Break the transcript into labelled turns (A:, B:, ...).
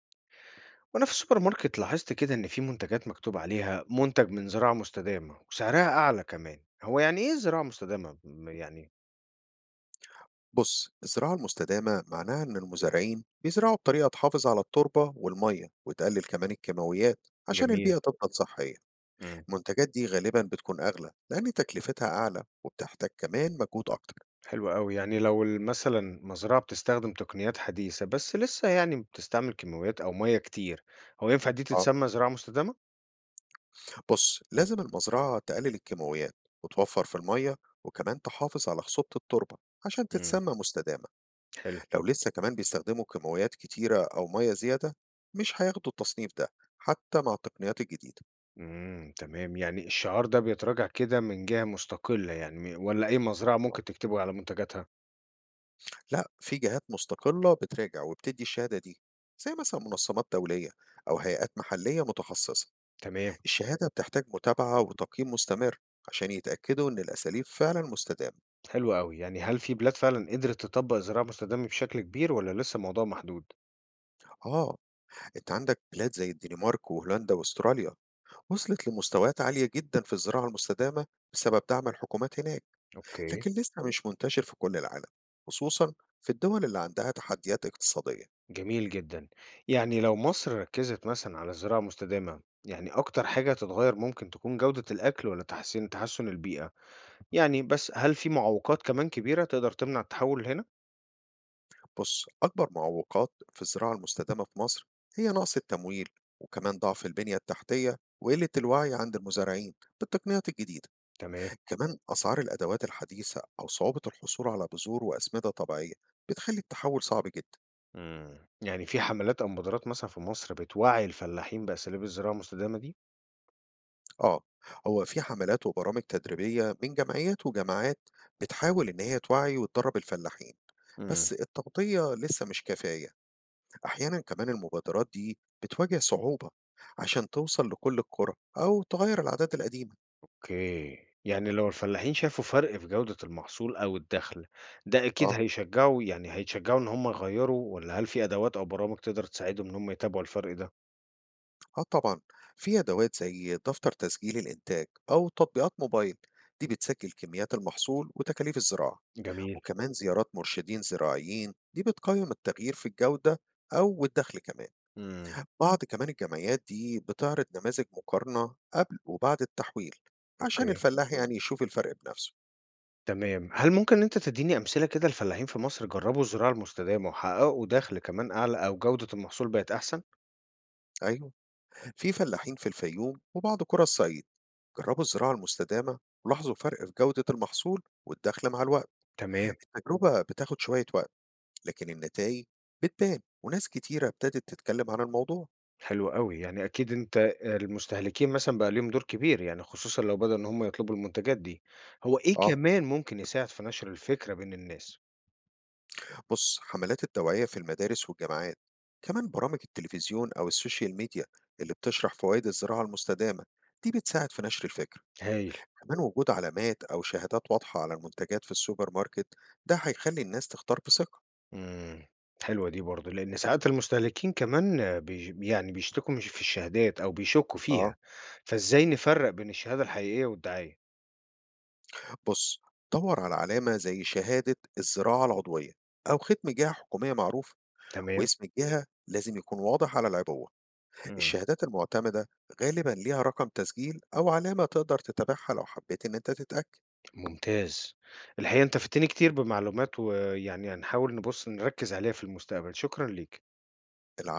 A: وأنا في السوبر ماركت لاحظت كده إن في منتجات مكتوب عليها منتج من زراعة مستدامة وسعرها أعلى كمان. هو يعني إيه زراعة مستدامة؟ يعني.
B: بص، الزراعة المستدامة معناها إن المزارعين بيزرعوا بطريقة تحافظ على التربة والمية، وتقلل كمان الكيماويات عشان
A: جميل.
B: البيئة تفضل صحية.
A: مم.
B: المنتجات دي غالبا بتكون أغلى لأن تكلفتها أعلى وبتحتاج كمان مجهود أكتر.
A: حلو قوي. يعني لو مثلا مزرعة بتستخدم تقنيات حديثة بس لسه يعني بتستعمل كيماويات أو مية كتير، هو ينفع دي
B: اه،
A: تتسمى زراعة مستدامة؟
B: بص، لازم المزرعة تقلل الكيماويات وتوفر في المية، وكمان تحافظ على خصوبة التربة عشان
A: مم.
B: تتسمى مستدامة.
A: حلو.
B: لو لسه كمان بيستخدموا كيماويات كتيرة أو مية زيادة، مش هياخدوا التصنيف ده حتى مع التقنيات الجديدة.
A: امم، تمام. يعني الشعار ده بيتراجع كده من جهة مستقلة، يعني ولا أي مزرعة
B: آه.
A: ممكن تكتبه على منتجاتها؟
B: لأ، في جهات مستقلة بتراجع وبتدّي الشهادة دي، زي مثلًا منظمات دولية أو هيئات محلية متخصصة.
A: تمام.
B: الشهادة بتحتاج متابعة وتقييم مستمر عشان يتأكدوا إن الأساليب فعلًا مستدامة.
A: حلو أوي، يعني هل في بلاد فعلًا قدرت تطبّق الزراعة المستدامة بشكل كبير والّا لسه الموضوع محدود؟
B: آه، أنت عندك بلاد زي الدنمارك وهولندا وأستراليا وصلت لمستويات عالية جدًا في الزراعة المستدامة بسبب دعم الحكومات هناك،
A: أوكي.
B: لكن لسه مش منتشر في كل العالم، خصوصًا في الدول اللي عندها تحديات اقتصادية.
A: جميل جدًا، يعني لو مصر ركّزت مثلًا على الزراعة المستدامة، يعني أكتر حاجة هتتغيّر ممكن تكون جودة الأكل والّا تحسُّن البيئة؟ يعني بس هل في معوقات كمان كبيرة تقدر تمنع التحوّل هنا؟
B: بص، أكبر معوقات في الزراعة المستدامة في مصر هي نقص التمويل، وكمان ضعف البنية التحتية وقلة الوعي عند المزارعين بالتقنيات الجديدة.
A: تمام.
B: كمان أسعار الأدوات الحديثة أو صعوبة الحصول على بذور وأسمدة طبيعية بتخلي التحول صعب جدا.
A: يعني في حملات أو مبادرات مثلًا في مصر بتوعّي الفلاحين بأساليب الزراعة المستدامة دي؟
B: آه، هو في حملات وبرامج تدريبية من جمعيات وجماعات بتحاول إن هي توعي وتدرب الفلاحين.
A: إمم.
B: بس التغطية لسه مش كفاية. أحيانا كمان المبادرات دي بتواجه صعوبة عشان توصل لكل القرى أو تغير العادات القديمة.
A: أوكي. يعني لو الفلاحين شافوا فرق في جودة المحصول أو الدخل، ده أكيد
B: اه،
A: هيشجعوا يعني هيتشجعوا إن هم يغيروا والّا هل في أدوات أو برامج تقدر تساعدهم إن هم يتابعوا الفرق ده؟
B: اه طبعا، في أدوات زي دفتر تسجيل الإنتاج أو تطبيقات موبايل، دي بتسجل كميات المحصول وتكاليف الزراعة.
A: جميل.
B: وكمان زيارات مرشدين زراعيين، دي بتقيم التغيير في الجودة أو الدخل كمان.
A: إمم.
B: بعض كمان الجمعيات دي بتعرض نماذج مقارنة قبل وبعد التحويل عشان
A: أوكي.
B: الفلاح يعني يشوف الفرق بنفسه.
A: تمام. هل ممكن إن أنت تديني أمثلة كده لفلاحين في مصر جربوا الزراعة المستدامة وحققوا دخل كمان أعلى أو جودة المحصول بقت أحسن؟
B: أيوه، في فلاحين في الفيوم وبعض قرى الصعيد جربوا الزراعة المستدامة ولاحظوا فرق في جودة المحصول والدخل مع الوقت.
A: تمام.
B: التجربة بتاخد شوية وقت، لكن النتائج بتبان وناس كتيرة ابتدت تتكلم عن الموضوع.
A: حلو أوي. يعني أكيد أنت المستهلكين مثلًا بقى ليهم دور كبير، يعني خصوصًا لو بدأوا إن هم يطلبوا المنتجات دي، هو إيه
B: اه،
A: كمان ممكن يساعد في نشر الفكرة بين الناس؟
B: بص، حملات التوعية في المدارس والجامعات، كمان برامج التلفزيون أو السوشيال ميديا اللي بتشرح فوائد الزراعة المستدامة، دي بتساعد في نشر الفكر.
A: هايل.
B: كمان وجود علامات أو شهادات واضحة على المنتجات في السوبر ماركت، ده هيخلي الناس تختار بثقة.
A: إمم. حلوة دي برضه، لإن ساعات المستهلكين كمان بيشتكوا مش في الشهادات أو بيشكّوا
B: اه،
A: فيها، فإزاي نفرّق بين الشهادة الحقيقية والدعاية؟
B: بص، دور على علامة زي شهادة الزراعة العضوية أو ختم جهة حكومية معروف.
A: تمام.
B: واسم الجهة لازم يكون واضح على العبوة.
A: إمم.
B: الشهادات المعتمدة غالبا ليها رقم تسجيل أو علامة تقدر تتابعها لو حبيت إن أنت تتأكد.
A: ممتاز. الحقيقة أنت فدتني كتير بمعلومات، ويعني هنحاول نبُص نركّز عليها في المستقبل، شكرًا ليك.